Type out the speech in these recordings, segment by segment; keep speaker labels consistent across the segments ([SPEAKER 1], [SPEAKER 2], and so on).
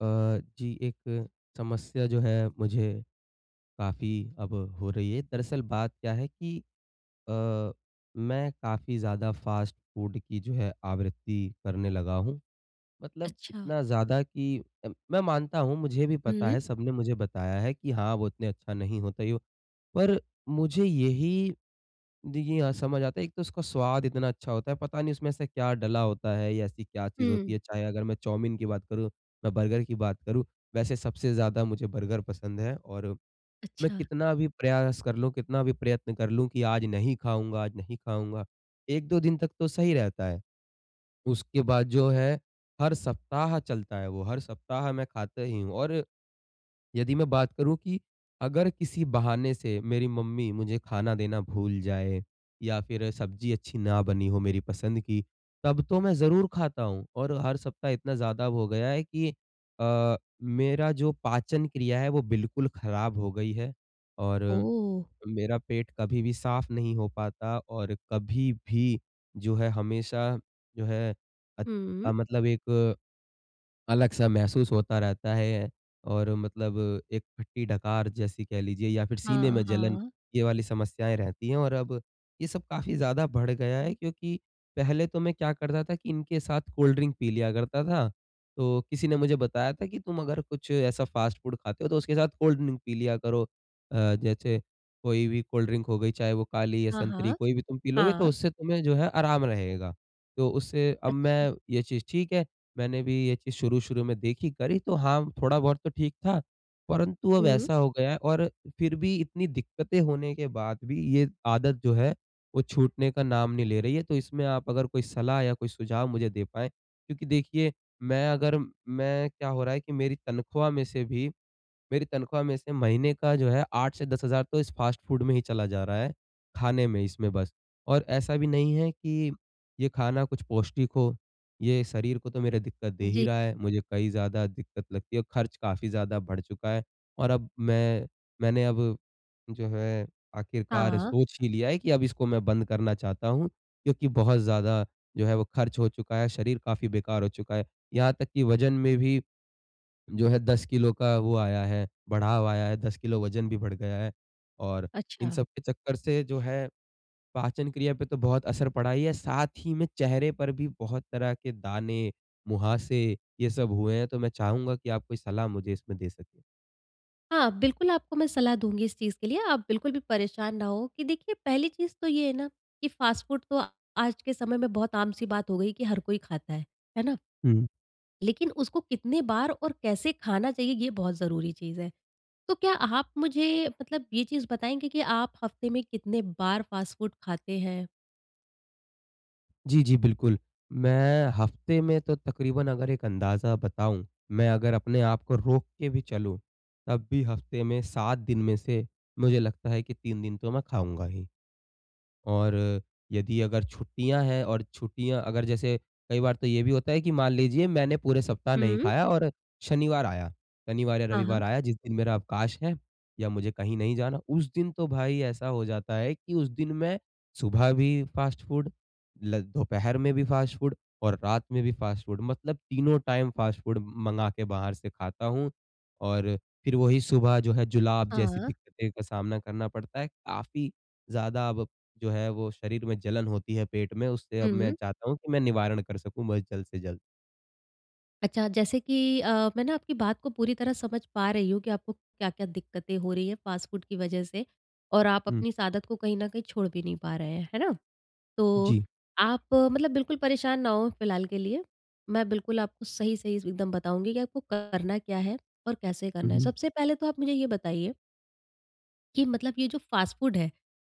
[SPEAKER 1] अ, जी, एक समस्या जो है मुझे काफ़ी अब हो रही है। दरअसल बात क्या है कि अ, मैं काफ़ी ज़्यादा फ़ास्ट फ़ूड की जो है आवृत्ति करने लगा हूँ। मतलब
[SPEAKER 2] अच्छा।
[SPEAKER 1] इतना ज़्यादा कि मैं मानता हूँ, मुझे भी पता
[SPEAKER 2] हुँ।
[SPEAKER 1] है, सबने मुझे बताया है कि हाँ, वो उतने अच्छा नहीं होता ये वो। पर मुझे यही, देखिए, हाँ, समझ आता है। एक तो उसका स्वाद इतना अच्छा होता है, पता नहीं उसमें ऐसा क्या डला होता है या ऐसी क्या चीज़ होती
[SPEAKER 2] हुँ।
[SPEAKER 1] है। चाहे अगर मैं चाउमीन की बात करूँ, मैं बर्गर की बात करूँ, वैसे सबसे ज़्यादा मुझे बर्गर पसंद है। और मैं
[SPEAKER 2] अच्छा।
[SPEAKER 1] कितना भी प्रयास कर लूँ, कितना भी प्रयत्न कर लूँ कि आज नहीं खाऊँगा, 1-2 दिन तक तो सही रहता है। उसके बाद जो है, हर सप्ताह चलता है वो, हर सप्ताह मैं खाता ही हूँ। और यदि मैं बात करूँ कि अगर किसी बहाने से मेरी मम्मी मुझे खाना देना भूल जाए या फिर सब्जी अच्छी ना बनी हो मेरी पसंद की, तब तो मैं ज़रूर खाता हूँ। और हर सप्ताह इतना ज़्यादा हो गया है कि अ, मेरा जो पाचन क्रिया है वो बिल्कुल ख़राब हो गई है। और
[SPEAKER 2] ओह!
[SPEAKER 1] मेरा पेट कभी भी साफ़ नहीं हो पाता, और कभी भी जो है हमेशा जो है अत
[SPEAKER 2] हुँ।
[SPEAKER 1] मतलब एक अलग-सा महसूस होता रहता है, और मतलब एक फट्टी डकार जैसी कह लीजिए या फिर सीने
[SPEAKER 2] हाँ,
[SPEAKER 1] में जलन,
[SPEAKER 2] हाँ,
[SPEAKER 1] ये वाली समस्याएँ रहती हैं। और अब ये सब काफ़ी ज़्यादा बढ़ गया है, क्योंकि पहले तो मैं क्या करता था कि इनके साथ कोल्ड ड्रिंक पी लिया करता था। तो किसी ने मुझे बताया था कि तुम अगर कुछ ऐसा फ़ास्ट फूड खाते हो, तो उसके साथ कोल्ड ड्रिंक पी लिया करो। जैसे कोई भी कोल्ड ड्रिंक हो गई, चाहे वो काली या
[SPEAKER 2] हाँ,
[SPEAKER 1] संतरी,
[SPEAKER 2] हाँ,
[SPEAKER 1] कोई भी तुम पी लोगे तो
[SPEAKER 2] हाँ,
[SPEAKER 1] उससे तुम्हें जो है आराम रहेगा। तो उससे अब
[SPEAKER 2] अच्छा।
[SPEAKER 1] मैं ये चीज़ ठीक है। मैंने भी ये चीज़ शुरू-शुरू में देखी, करी तो हाँ, थोड़ा बहुत तो ठीक था, परंतु अब
[SPEAKER 2] हुँ।
[SPEAKER 1] ऐसा हो गया है। और फिर भी इतनी दिक्कतें होने के बाद भी ये आदत जो है, वो छूटने का नाम नहीं ले रही है। तो इसमें आप अगर कोई सलाह या कोई सुझाव मुझे दे पाएँ, क्योंकि देखिए मैं अगर मैं, क्या हो रहा है कि मेरी तनख्वाह में से महीने का जो है 8 से 10,000 तो इस फ़ास्ट फ़ूड में ही चला जा रहा है, खाने में, इसमें बस। और ऐसा भी नहीं है कि ये खाना कुछ पौष्टिक हो, ये शरीर को तो मेरे दिक्कत दे ही
[SPEAKER 2] जी।
[SPEAKER 1] रहा है, मुझे कई ज़्यादा दिक्कत लगती है, खर्च काफ़ी ज़्यादा बढ़ चुका है। और अब मैं मैंने अब जो है आखिरकार
[SPEAKER 2] हाँ।
[SPEAKER 1] सोच ही लिया है कि अब इसको मैं बंद करना चाहता हूँ, क्योंकि बहुत ज़्यादा जो है वो खर्च हो चुका है, शरीर काफ़ी बेकार हो चुका है। यहाँ तक कि वज़न में भी जो है 10 किलो का वो आया है, बढ़ाव आया है, 10 किलो वज़न भी बढ़ गया है। और इन
[SPEAKER 2] अच्छा।
[SPEAKER 1] सब के चक्कर से जो है पाचन क्रिया पे तो बहुत असर पड़ा ही है, साथ ही में चेहरे पर भी बहुत तरह के दाने, मुहासे, ये सब हुए हैं, तो मैं चाहूँगा कि आप कोई सलाह मुझे इसमें दे सकें।
[SPEAKER 2] हाँ, बिल्कुल आपको मैं सलाह दूँगी इस चीज़ के लिए। आप बिल्कुल भी परेशान ना हो कि देखिए, पहली चीज़ तो ये है ना कि फ़ास्ट फ़ूड तो आज के समय में बहुत आम सी बात हो गई कि हर कोई खाता है ना?
[SPEAKER 1] हुँ।
[SPEAKER 2] लेकिन उसको कितने बार और कैसे खाना चाहिए ये बहुत ज़रूरी चीज़ है। तो क्या आप मुझे, मतलब ये चीज़ बताएँगे कि आप हफ़्ते में कितने बार फ़ास्ट फ़ूड खाते हैं?
[SPEAKER 1] जी, जी, बिल्कुल। मैं हफ़्ते में तो तकरीबन, अगर एक अंदाज़ा बताऊँ, मैं अगर अपने आप को रोक के भी चलूँ, तब भी हफ़्ते में 7 दिन में से मुझे लगता है कि 3 दिन तो मैं खाऊँगा ही। और यदि अगर छुट्टियाँ हैं, और छुट्टियाँ अगर, जैसे कई बार तो ये भी होता है कि मान लीजिए मैंने पूरे सप्ताह नहीं
[SPEAKER 2] हुँ।
[SPEAKER 1] खाया, और शनिवार आया, शनिवार या
[SPEAKER 2] हाँ,
[SPEAKER 1] रविवार
[SPEAKER 2] हाँ।
[SPEAKER 1] आया जिस दिन मेरा अवकाश है या मुझे कहीं नहीं जाना, उस दिन तो भाई ऐसा हो जाता है कि उस दिन मैं सुबह भी फ़ास्ट फ़ूड, ल दोपहर में भी फ़ास्ट फ़ूड और रात में भी फ़ास्ट फ़ूड, मतलब तीनों टाइम फ़ास्ट फ़ूड मँगा के बाहर से खाता हूँ, और फिर वही सुबह जो है जुलाब जैसी
[SPEAKER 2] हाँ।
[SPEAKER 1] दिक्कतें का सामना करना पड़ता है। काफ़ी ज़्यादा अब जो है वो शरीर में जलन होती है पेट में, उससे अब मैं
[SPEAKER 2] हुँ।
[SPEAKER 1] चाहता हूँ कि मैं निवारण कर सकूँ, बस जल्द से जल्द।
[SPEAKER 2] अच्छा, जैसे कि मैं ना आपकी बात को पूरी तरह समझ पा रही हूँ कि आपको क्या-क्या दिक्कतें हो रही हैं फ़ास्ट फ़ूड की वज़ह से और आप
[SPEAKER 1] हुँ।
[SPEAKER 2] अपनी इस आदत को कहीं न कहीं छोड़ भी नहीं पा रहे हैं, है ना? तो
[SPEAKER 1] जी।
[SPEAKER 2] आप मतलब बिल्कुल परेशान ना हों फ़िलहाल के लिए। मैं बिल्कुल आपको सही-सही एकदम बताऊँगी कि आपको करना क्या है और कैसे
[SPEAKER 1] हुँ,
[SPEAKER 2] करना है।
[SPEAKER 1] हुँ।
[SPEAKER 2] सबसे पहले तो आप मुझे ये बताइए कि मतलब ये जो फ़ास्ट फ़ूड है,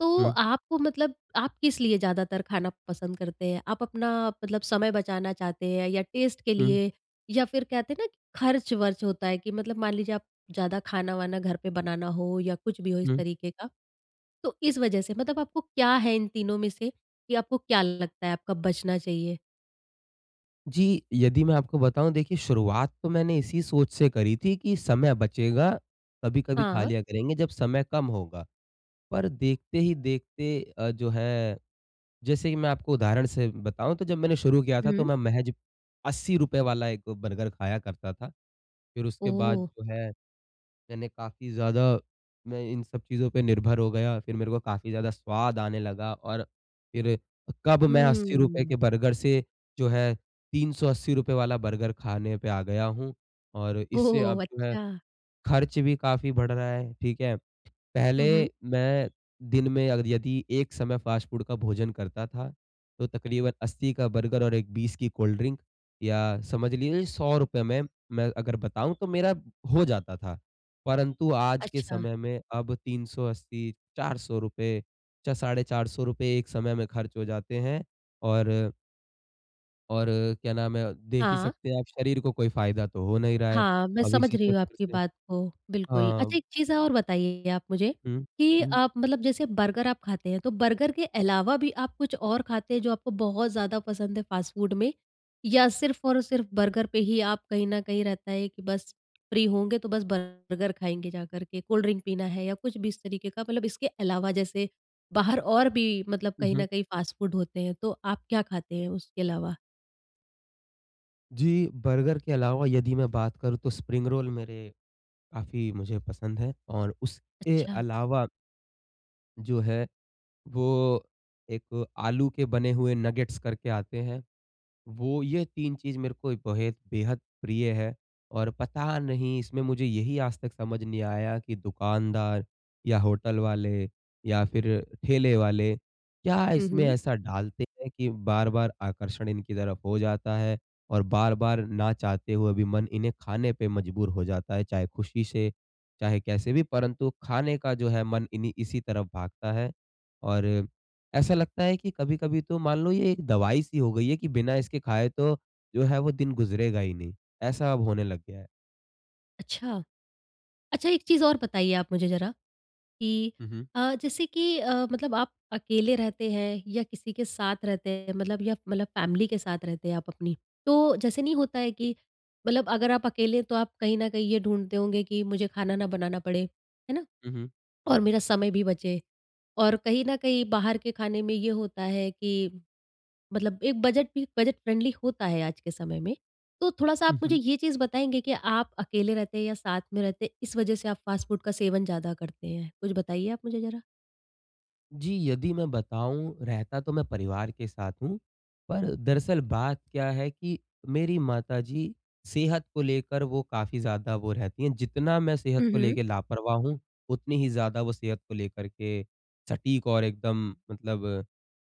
[SPEAKER 2] तो
[SPEAKER 1] हुँ,
[SPEAKER 2] आपको, मतलब आप किस लिए ज़्यादातर खाना पसंद करते हैं? आप अपना मतलब समय बचाना चाहते हैं या टेस्ट के
[SPEAKER 1] हुँ,
[SPEAKER 2] लिए, या फिर कहते हैं ना कि खर्च-वर्च होता है कि मतलब मान लीजिए आप ज़्यादा खाना-वाना घर पे बनाना हो या कुछ भी हो इस
[SPEAKER 1] हुँ।
[SPEAKER 2] तरीके का, तो इस वजह से मतलब आपको क्या है इन तीनों में से, कि आपको क्या लगता है आपका बचना चाहिए?
[SPEAKER 1] जी, यदि मैं आपको बताऊँ, देखिए शुरुआत तो मैंने इसी सोच से करी थी कि समय बचेगा, कभी-कभी खा
[SPEAKER 2] हाँ।
[SPEAKER 1] लिया करेंगे जब समय कम होगा। पर देखते ही देखते जो है, जैसे कि मैं आपको उदाहरण से बताऊँ, तो जब मैंने शुरू किया था तो
[SPEAKER 2] हुँ।
[SPEAKER 1] मैं महज़ ₹80 वाला एक बर्गर खाया करता था। फिर उसके बाद
[SPEAKER 2] ओह!
[SPEAKER 1] जो है मैंने काफ़ी ज़्यादा मैं इन सब चीज़ों पे निर्भर हो गया, फिर मेरे को काफ़ी ज़्यादा स्वाद आने लगा, और फिर कब मैं ₹80
[SPEAKER 2] हुँ।
[SPEAKER 1] के बर्गर से जो है ₹380 वाला बर्गर खाने पे आ गया हूँ, और इससे अब
[SPEAKER 2] ओह!
[SPEAKER 1] जो है
[SPEAKER 2] अच्छा।
[SPEAKER 1] खर्च भी काफ़ी बढ़ रहा है, ठीक है? पहले
[SPEAKER 2] हुँ, हुँ।
[SPEAKER 1] मैं दिन में अगर यदि एक समय फ़ास्ट फ़ूड का भोजन करता था, तो तकरीबन 80 का बर्गर और एक 20 की कोल्ड ड्रिंक, या समझ लीजिए ₹100 में मैं अगर बताऊँ तो मेरा हो जाता था। परंतु आज के
[SPEAKER 2] अच्छा।
[SPEAKER 1] समय में अब 380, ₹400, च ₹450 एक समय में खर्च हो जाते हैं। और और क्या नाम है, देख ही
[SPEAKER 2] हाँ।
[SPEAKER 1] सकते हैं आप, शरीर को कोई फ़ायदा तो हो नहीं रहा है।
[SPEAKER 2] हाँ, मैं
[SPEAKER 1] अब
[SPEAKER 2] समझ
[SPEAKER 1] इसी
[SPEAKER 2] रही हूँ
[SPEAKER 1] चक्कर
[SPEAKER 2] आपकी
[SPEAKER 1] से,
[SPEAKER 2] बात को, बिल्कुल। अच्छा,
[SPEAKER 1] हाँ।
[SPEAKER 2] एक चीज़ और बताइए आप मुझे
[SPEAKER 1] हुँ,
[SPEAKER 2] कि
[SPEAKER 1] हुँ।
[SPEAKER 2] आप मतलब जैसे बर्गर आप खाते हैं, तो बर्गर के अलावा भी आप कुछ और खाते हैं जो आपको बहुत ज़्यादा पसंद है फास्ट फूड में? या सिर्फ़ और सिर्फ़ बर्गर पे ही आप कहीं न कहीं रहता है कि बस फ्री होंगे तो बस बर्गर खाएँगे जा कर के, कोल्ड ड्रिंक पीना है या कुछ भी इस तरीके का, मतलब इसके अलावा जैसे बाहर और भी मतलब कहीं न कहीं फास्ट फूड होते हैं, तो आप क्या खाते हैं उसके अलावा?
[SPEAKER 1] जी, बर्गर के अलावा यदि मैं बात करूँ तो स्प्रिंग रोल मेरे, काफ़ी मुझे पसंद है, और उसके
[SPEAKER 2] अच्छा।
[SPEAKER 1] अलावा जो है वो एक आलू के बने हुए नगेट्स करके आते हैं, वो ये 3 चीज़ मेरे को बेहद बेहद प्रिय है। और पता नहीं इसमें, मुझे यही आज तक समझ नहीं आया कि दुकानदार या होटल वाले या फिर ठेले वाले क्या
[SPEAKER 2] हुँ,
[SPEAKER 1] इसमें
[SPEAKER 2] हुँ।
[SPEAKER 1] ऐसा डालते हैं कि बार-बार आकर्षण इनकी तरफ हो जाता है, और बार-बार ना चाहते हुए भी मन इन्हें खाने पे मजबूर हो जाता है, चाहे खुशी से, चाहे कैसे भी, परंतु खाने का जो है मन इन्हीं इसी तरफ भागता है। और ऐसा लगता है कि कभी-कभी तो मान लो ये एक दवाई सी हो गई है कि बिना इसके खाए तो जो है वो दिन गुज़रेगा ही नहीं, ऐसा अब होने लग गया है।
[SPEAKER 2] अच्छा। अच्छा, एक चीज़ और बताइए आप मुझे ज़रा? कि
[SPEAKER 1] हुँ, हुँ।
[SPEAKER 2] जैसे कि मतलब आप अकेले रहते हैं या किसी के साथ रहते हैं, मतलब या मतलब फैमिली के साथ रहते हैं आप अपनी, तो जैसे नहीं होता है कि मतलब अगर आप अकेले हैं, तो आप कहीं ना कहीं ये ढूंढते होंगे कि मुझे खाना ना बनाना पड़े, है ना,
[SPEAKER 1] हुँ, हुँ।
[SPEAKER 2] और मेरा समय भी बचे और कहीं ना कहीं बाहर के खाने में ये होता है कि मतलब एक बजट भी बजट फ्रेंडली होता है आज के समय में, तो थोड़ा सा
[SPEAKER 1] हुँ,
[SPEAKER 2] आप मुझे
[SPEAKER 1] हुँ।
[SPEAKER 2] ये चीज़ बताएंगे कि आप अकेले रहते हैं या साथ में रहते हैं इस वजह से आप फास्ट फूड का सेवन ज़्यादा करते हैं, कुछ बताइए आप मुझे जरा।
[SPEAKER 1] जी, यदि मैं बताऊँ, रहता तो मैं परिवार के साथ हूँ, पर दरअसल बात क्या है कि मेरी माताजी सेहत को लेकर वो काफ़ी ज़्यादा वो रहती हैं, जितना मैं सेहत
[SPEAKER 2] हुँ,
[SPEAKER 1] को
[SPEAKER 2] हुँ।
[SPEAKER 1] लेके लापरवाह हूँ, उतनी ही ज़्यादा वो सेहत को लेकर के सटीक और एकदम, मतलब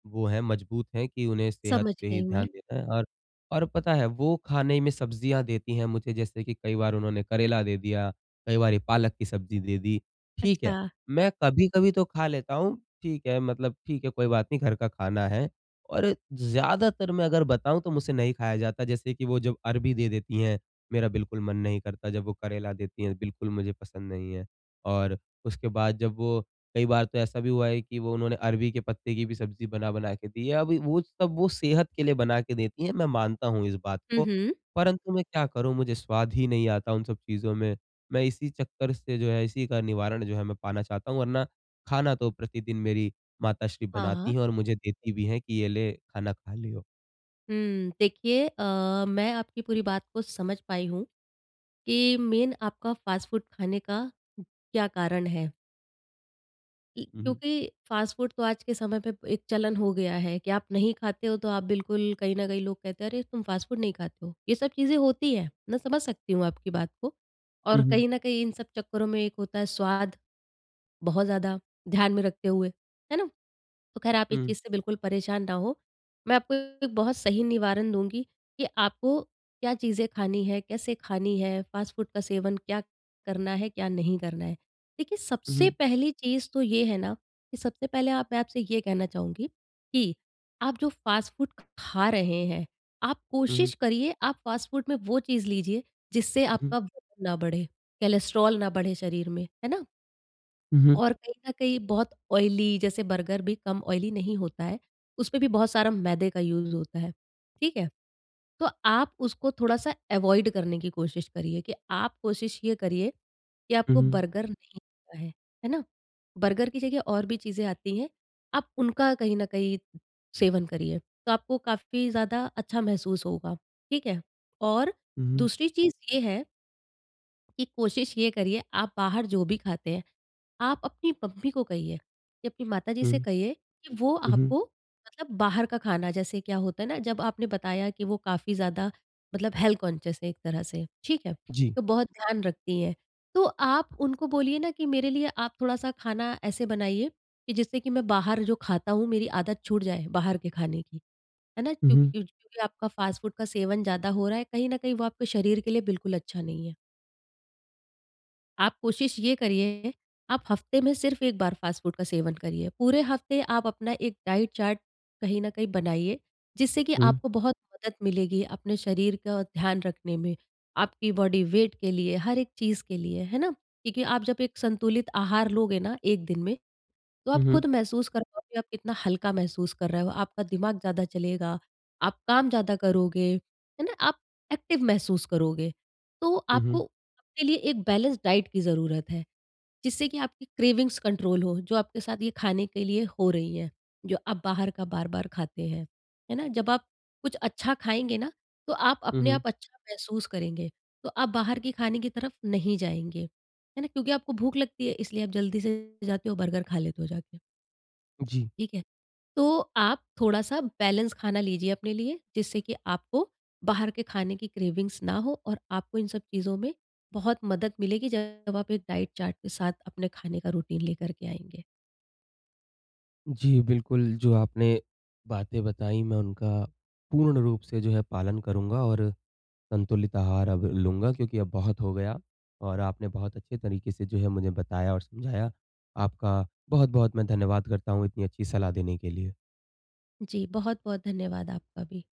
[SPEAKER 1] वो हैं, मजबूत हैं कि उन्हें सेहत
[SPEAKER 2] समझ
[SPEAKER 1] पे ही
[SPEAKER 2] गई
[SPEAKER 1] ध्यान
[SPEAKER 2] मैं।
[SPEAKER 1] देना है। और पता है, वो खाने में सब्जियाँ देती हैं मुझे, जैसे कि कई बार उन्होंने करेला दे दिया, कई बार ये पालक की सब्जी दे दी, ठीक है।
[SPEAKER 2] अच्छा।
[SPEAKER 1] मैं कभी-कभी तो खा लेता हूँ, ठीक है, मतलब ठीक है, कोई बात नहीं, घर का खाना है। और ज़्यादातर मैं अगर बताऊँ तो मुझसे नहीं खाया जाता, जैसे कि वो जब अरबी दे देती हैं, मेरा बिल्कुल मन नहीं करता, जब वो करेला देती हैं बिल्कुल मुझे पसंद नहीं है, और उसके बाद जब वो, कई बार तो ऐसा भी हुआ है कि वो उन्होंने अरबी के पत्ते की भी सब्ज़ी बना-बना के दी है। अब वो सब वो सेहत के लिए बना के देती हैं, मैं मानता हूँ इस बात
[SPEAKER 2] हुँ,
[SPEAKER 1] को,
[SPEAKER 2] हुँ।
[SPEAKER 1] परंतु मैं क्या करूँ, मुझे स्वाद ही नहीं आता उन सब चीज़ों में। मैं इसी चक्कर से जो है इसी का निवारण जो है मैं पाना चाहता हूँ, वरना खाना तो प्रतिदिन मेरी माताश्री बनाती
[SPEAKER 2] हाँ।
[SPEAKER 1] हैं और मुझे देती भी हैं कि ये ले, खाना खा लियो।
[SPEAKER 2] हुँ। देखिए, मैं आपकी पूरी बात को समझ पाई हूँ कि मेन आपका फ़ास्ट फ़ूड खाने का क्या कारण है। इ
[SPEAKER 1] उहुँ,
[SPEAKER 2] क्योंकि फ़ास्ट फ़ूड तो आज के समय पे एक चलन हो गया है कि आप नहीं खाते हो तो आप बिल्कुल कहीं न कहीं लोग कहते हैं, "अरे! तुम फ़ास्ट फ़ूड नहीं खाते हो।" ये सब चीज़ें होती हैं। मैं समझ सकती हूँ आपकी बात को, और
[SPEAKER 1] उहुँ,
[SPEAKER 2] कहीं न कहीं इन सब चक्करों में एक होता है स्वाद, बहुत ज़्यादा ध्यान में रखते हुए, है ना? तो ख़ैर आप इस
[SPEAKER 1] हुँ,
[SPEAKER 2] चीज़ से बिल्कुल परेशान ना हो। मैं आपको एक बहुत सही निवारण दूँगी कि आपको क्या चीज़ें खानी है, कैसे खानी है, फ़ास्ट फ़ूड का सेवन क्या करना है, क्या नहीं करना है। देखिए, सबसे
[SPEAKER 1] उहुँ,
[SPEAKER 2] पहली चीज़ तो ये है ना कि सबसे पहले आप मैं आपसे ये कहना चाहूँगी कि आप जो फ़ास्ट फ़ूड खा रहे हैं, आप
[SPEAKER 1] उहुँ,
[SPEAKER 2] कोशिश करिए आप फ़ास्ट फ़ूड में वो चीज़ लीजिए जिससे
[SPEAKER 1] उहुँ,
[SPEAKER 2] आपका वज़न ना बढ़े, कोलेस्ट्रॉल ना बढ़े शरीर में, है ना?
[SPEAKER 1] उहुँ,
[SPEAKER 2] और कहीं न कहीं बहुत ऑयली, जैसे बर्गर भी कम ऑयली नहीं होता है, उसमें भी बहुत सारा मैदे का यूज़ होता है, ठीक है? तो आप उसको थोड़ा-सा अवॉइड करने की कोशिश करिए कि आप कोशिश ये करिए कि आपको
[SPEAKER 1] उहुँ,
[SPEAKER 2] बर्गर नहीं खाना है ना? बर्गर की जगह और भी चीज़ें आती हैं, आप उनका कहीं न कहीं सेवन करिए, तो आपको काफ़ी ज़्यादा अच्छा महसूस होगा, ठीक है? और
[SPEAKER 1] उहुँ,
[SPEAKER 2] दूसरी चीज़ ये है कि कोशिश ये करिए आप बाहर जो भी खाते हैं, आप अपनी मम्मी को कहिए कि अपनी माताजी से
[SPEAKER 1] हुँ,
[SPEAKER 2] कहिए कि वो
[SPEAKER 1] उहुँ,
[SPEAKER 2] आपको, मतलब बाहर का खाना, जैसे क्या होता है ना, जब आपने बताया कि वो काफ़ी ज़्यादा मतलब हेल्थ कॉन्शियस है एक तरह से, ठीक है?
[SPEAKER 1] जी।
[SPEAKER 2] तो बहुत ध्यान रखती हैं। तो आप उनको बोलिए ना कि मेरे लिए आप थोड़ा-सा खाना ऐसे बनाइए कि जिससे कि मैं बाहर जो खाता हूँ मेरी आदत छूट जाए बाहर के खाने की, है ना? क्योंकि
[SPEAKER 1] उहुँ,
[SPEAKER 2] क्योंकि आपका फ़ास्ट फ़ूड का सेवन ज़्यादा हो रहा है, कहीं न कहीं वो आपके शरीर के लिए बिल्कुल अच्छा नहीं है। आप कोशिश ये करिए, आप हफ्ते में सिर्फ़ 1 बार फ़ास्ट फ़ूड का सेवन करिए। पूरे हफ्ते आप अपना एक डाइट चार्ट कहीं न कहीं बनाइए, जिससे कि
[SPEAKER 1] हुँ,
[SPEAKER 2] आपको बहुत मदद मिलेगी अपने शरीर का ध्यान रखने में, आपकी बॉडी वेट के लिए, हर एक चीज़ के लिए, है ना? क्योंकि आप जब एक संतुलित आहार लोगे ना 1 दिन में, तो आप
[SPEAKER 1] उहुँ,
[SPEAKER 2] खुद महसूस कर पाओगे आप कितना हल्का महसूस कर रहे हो, आपका दिमाग ज़्यादा चलेगा, आप काम ज़्यादा करोगे, है ना? आप एक्टिव महसूस करोगे। तो आपको
[SPEAKER 1] उहुँ,
[SPEAKER 2] अपने लिए एक बैलेंस डाइट की ज़रूरत है, जिससे कि आपकी क्रेविंग्स कंट्रोल हो, जो आपके साथ ये खाने के लिए हो रही हैं, जो आप बाहर का बार-बार खाते हैं, है ना? जब आप कुछ अच्छा खाएँगे ना, तो आप अपने
[SPEAKER 1] उहुँ,
[SPEAKER 2] आप अच्छा महसूस करेंगे, तो आप बाहर के खाने की तरफ नहीं जाएँगे, है ना? क्योंकि आपको भूख लगती है इसलिए आप जल्दी से जाते हो बर्गर खा लेते हो जाके।
[SPEAKER 1] जी।
[SPEAKER 2] ठीक है? तो आप थोड़ा-सा बैलेंस खाना लीजिए अपने लिए, जिससे कि आपको बाहर के खाने की क्रेविंग्स ना हो और आपको इन सब चीज़ों में बहुत मदद मिलेगी जब आप एक डाइट चार्ट के साथ अपने खाने का रूटीन लेकर के आएँगे।
[SPEAKER 1] जी, बिल्कुल, जो आपने बातें बताई मैं उनका पूर्ण रूप से जो है पालन करूँगा, और संतुलित आहार अब लूँगा, क्योंकि अब बहुत हो गया, और आपने बहुत अच्छे तरीके से जो है मुझे बताया और समझाया। आपका बहुत-बहुत मैं धन्यवाद करता हूँ इतनी अच्छी सलाह देने के लिए।
[SPEAKER 2] जी, बहुत-बहुत धन्यवाद आपका भी।